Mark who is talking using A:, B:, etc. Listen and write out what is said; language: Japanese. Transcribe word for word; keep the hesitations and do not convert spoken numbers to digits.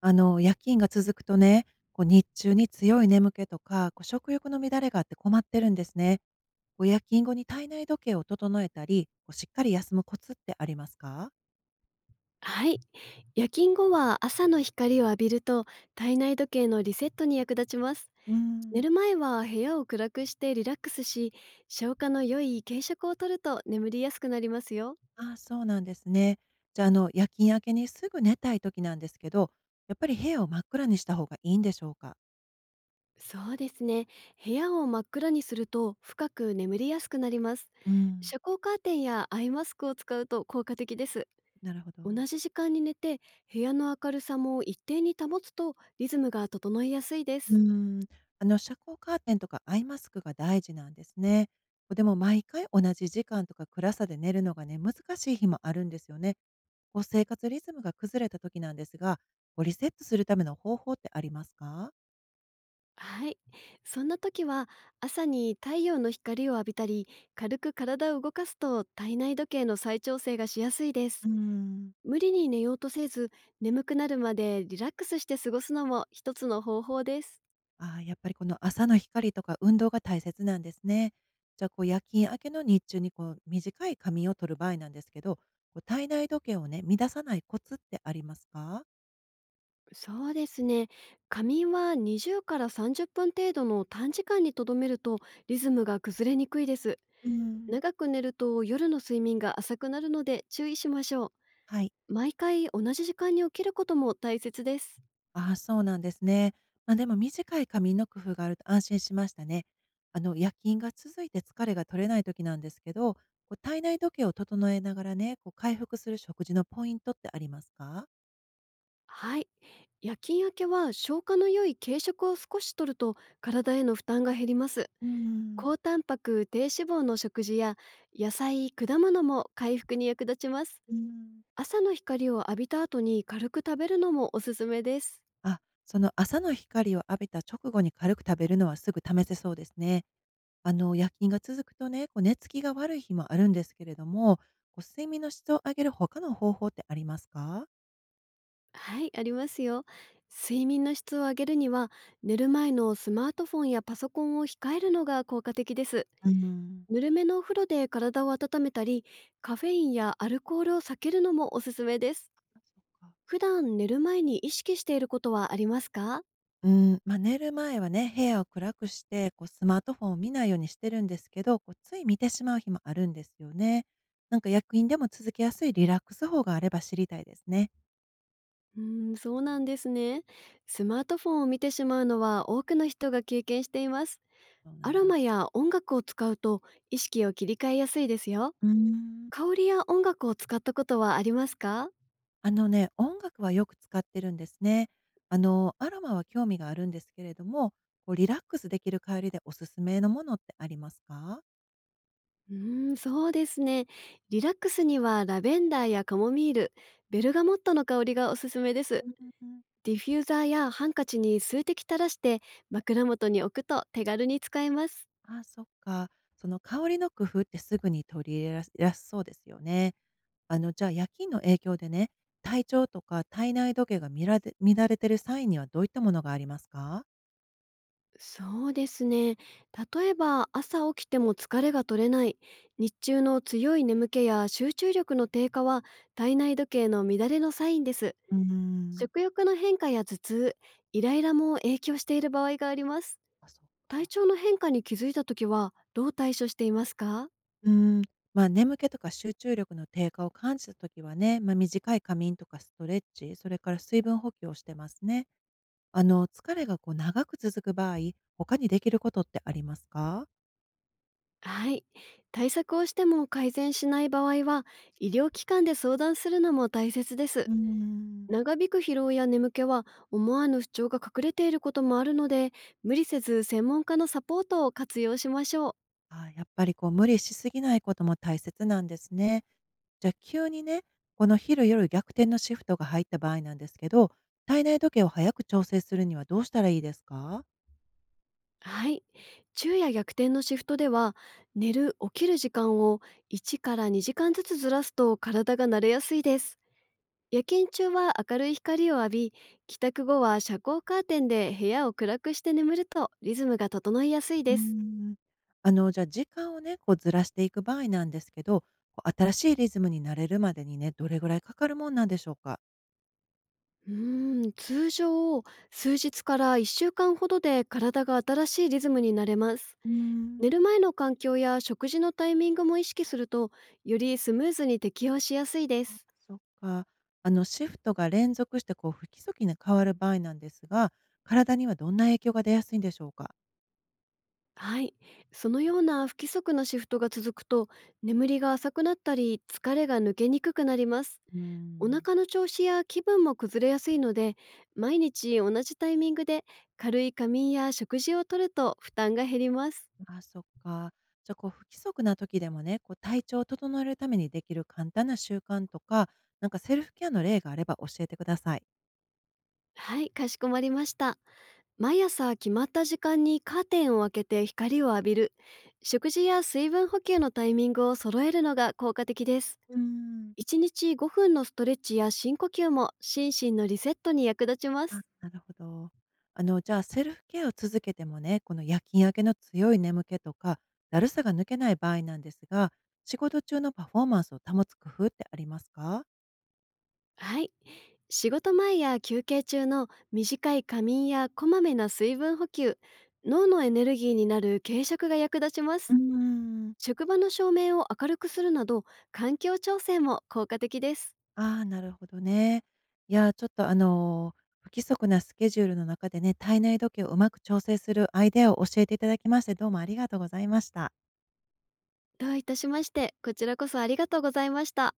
A: あの、夜勤が続くとね、こう日中に強い眠気とか、こう食欲の乱れがあって困ってるんですね。こう夜勤後に体内時計を整えたり、こうしっかり休むコツってありますか？
B: はい。夜勤後は朝の光を浴びると体内時計のリセットに役立ちます。
A: うー
B: 寝
A: ん。
B: る前は部屋を暗くしてリラックスし、消化の良い軽食をとると眠りやすくなりますよ。
A: ああ、そうなんですね。じゃあ、あの、夜勤明けにすぐ寝たい時なんですけど、やっぱり部屋を真っ暗にした方がいいんでしょうか？
B: そうですね。部屋を真っ暗にすると深く眠りやすくなります。
A: うん。
B: 遮光カーテンやアイマスクを使うと効果的です。
A: なるほ
B: 同
A: ど。
B: じ時間に寝て、部屋の明るさも一定に保つとリズムが整いやすいで
A: うー
B: す。
A: ん、あの、遮光カーテンとかアイマスクが大事なんですね。こうでも毎回同じ時間とか暗さで寝るのがね、難しい日もあるんですよね。こう生活リズムが崩れた時なんですが、こうリセットするための方法ってありますか？
B: はい。そんな時は朝に太陽の光を浴びたり軽く体を動かすと、体内時計の再調整がしやすいで
A: う
B: す。
A: ーん。
B: 無理に寝ようとせず、眠くなるまでリラックスして過ごすのも一つの方法です。
A: ああ、やっぱりこの朝の光とか運動が大切なんですね。じゃあ、こう夜勤明けの日中にこう短い仮眠を取る場合なんですけど、こう体内時計をね、乱さないコツってありますか？
B: そうですね。仮眠はにじゅうからさんじゅっぷん程度の短時間にとどめるとリズムが崩れにくいです。
A: うん。
B: 長く寝ると夜の睡眠が浅くなるので注意しましょう。
A: はい。
B: 毎回同じ時間に起きることも大切です。
A: ああ、そうなんですね。まあ、でも短い仮眠の工夫があると安心しましたね。あの、夜勤が続いて疲れが取れない時なんですけど、こう体内時計を整えながらね、こう回復する食事のポイントってありますか？
B: はい。夜勤明けは消化の良い軽食を少し摂ると体への負担が減ります。
A: うん、
B: 高タンパク、低脂肪の食事や野菜、果物も回復に役立ちます。
A: うん。
B: 朝の光を浴びた後に軽く食べるのもおすすめです。
A: あ、その朝の光を浴びた直後に軽く食べるのはすぐ試せそうですね。あの、夜勤が続くとね、こう寝つきが悪い日もあるんですけれども、こう睡眠の質を上げる他の方法ってありますか？
B: はい、ありますよ。睡眠の質を上げるには、寝る前のスマートフォンやパソコンを控えるのが効果的です。
A: うん。
B: ぬるめのお風呂で体を温めたり、カフェインやアルコールを避けるのもおすすめです。
A: あ、そっか。
B: 普段寝る前に意識していることはありますか？
A: うん、まあ、寝る前はね、部屋を暗くして、こうスマートフォンを見ないようにしてるんですけど、こうつい見てしまう日もあるんですよね。なんか薬品でも続けやすいリラックス法があれば知りたいですね。
B: うーん、そうなんですね。スマートフォンを見てしまうのは多くの人が経験しています。
A: そうな
B: ア
A: ん
B: ロ
A: だ。
B: マや音楽を使うと意識を切り替えやすいですよ。
A: うーん。
B: 香りや音楽を使ったことはありますか？
A: あのね、音楽はよく使ってるんですね。あの、アロマは興味があるんですけれども、こうリラックスできる香りでおすすめのものってありますか？
B: うーん、そうですね。リラックスにはラベンダーやカモミール、ベルガモットの香りがおすすめで
A: う
B: す。
A: んうんうん。
B: ディフューザーやハンカチに数滴垂らして枕元に置くと手軽に使えます。
A: あそっか。その香りの工夫ってすぐに取り入れらやすそうですよね。あの、じゃあ、夜勤の影響でね、体調とか体内時計が乱れ乱れてる際にはどういったものがありますか？
B: そうですね。例えば朝起きても疲れが取れない、日中の強い眠気や集中力の低下は体内時計の乱れのサインです。
A: うーん、
B: 食欲の変化や頭痛、イライラも影響している場合があります。
A: あ、そっ
B: 体
A: か。
B: 調の変化に気づいた時はどう対処していますか？
A: うーん、まあ、眠気とか集中力の低下を感じた時はね、まあ、短い仮眠とかストレッチ、それから水分補給をしてますね。あの、疲れがこう長く続く場合、他にできることってありますか？
B: はい。対策をしても改善しない場合は、医療機関で相談するのも大切で
A: う
B: す。
A: ーん。
B: 長引く疲労や眠気は思わぬ不調が隠れていることもあるので、無理せず専門家のサポートを活用しましょう。
A: あ、やっぱりこう無理しすぎないことも大切なんですね。じゃ、あ急にね、この昼夜逆転のシフトが入った場合なんですけど、体内時計を早く調整するにはどうしたらいいですか？
B: はい。昼夜逆転のシフトでは、寝る起きる時間をいちからにじかんずつずらすと体が慣れやすいです。夜勤中は明るい光を浴び、帰宅後は遮光カーテンで部屋を暗くして眠るとリズムが整いやすい
A: うー
B: です。
A: ん。あの、じゃ、時間をね、こうずらしていく場合なんですけど、こう新しいリズムに慣れるまでにね、どれぐらいかかるもんなんでしょうか？
B: うーん通常、数日からいっしゅうかんほどで体が新しいリズムになれます。
A: うー
B: 寝
A: ん。
B: る前の環境や食事のタイミングも意識すると、よりスムーズに適応しやすいで
A: あ、
B: す。
A: そっか。あのシフトが連続してこう不規則に変わる場合なんですが、体にはどんな影響が出やすいんでしょうか？
B: はい。そのような不規則なシフトが続くと、眠りが浅くなったり疲れが抜けにくくなります。
A: うー
B: お
A: ん。
B: 腹の調子や気分も崩れやすいので、毎日同じタイミングで軽い仮眠や食事をとると負担が減ります。
A: あ、そっか。じゃ、こう不規則な時でもね、こう体調を整えるためにできる簡単な習慣とか、なんかセルフケアの例があれば教えてください。
B: はい、かしこまりました。毎朝決まった時間にカーテンを開けて光を浴びる、食事や水分補給のタイミングを揃えるのが効果的です。
A: うーん。
B: いちにちごふんのストレッチや深呼吸も心身のリセットに役立ちま
A: あ、
B: す。
A: なるほど。あの、じゃあセルフケアを続けてもね、この夜勤明けの強い眠気とか、だるさが抜けない場合なんですが、仕事中のパフォーマンスを保つ工夫ってありますか？
B: はい。仕事前や休憩中の短い仮眠やこまめな水分補給、脳のエネルギーになる軽食が役立ちま
A: うー
B: す。
A: ん。
B: 職場の照明を明るくするなど、環境調整も効果的です。
A: ああ、なるほどね。いや、ちょっとあの、不規則なスケジュールの中でね、体内時計をうまく調整するアイデアを教えていただきまして、どうもありがとうございました。
B: どういたしまして。こちらこそありがとうございました。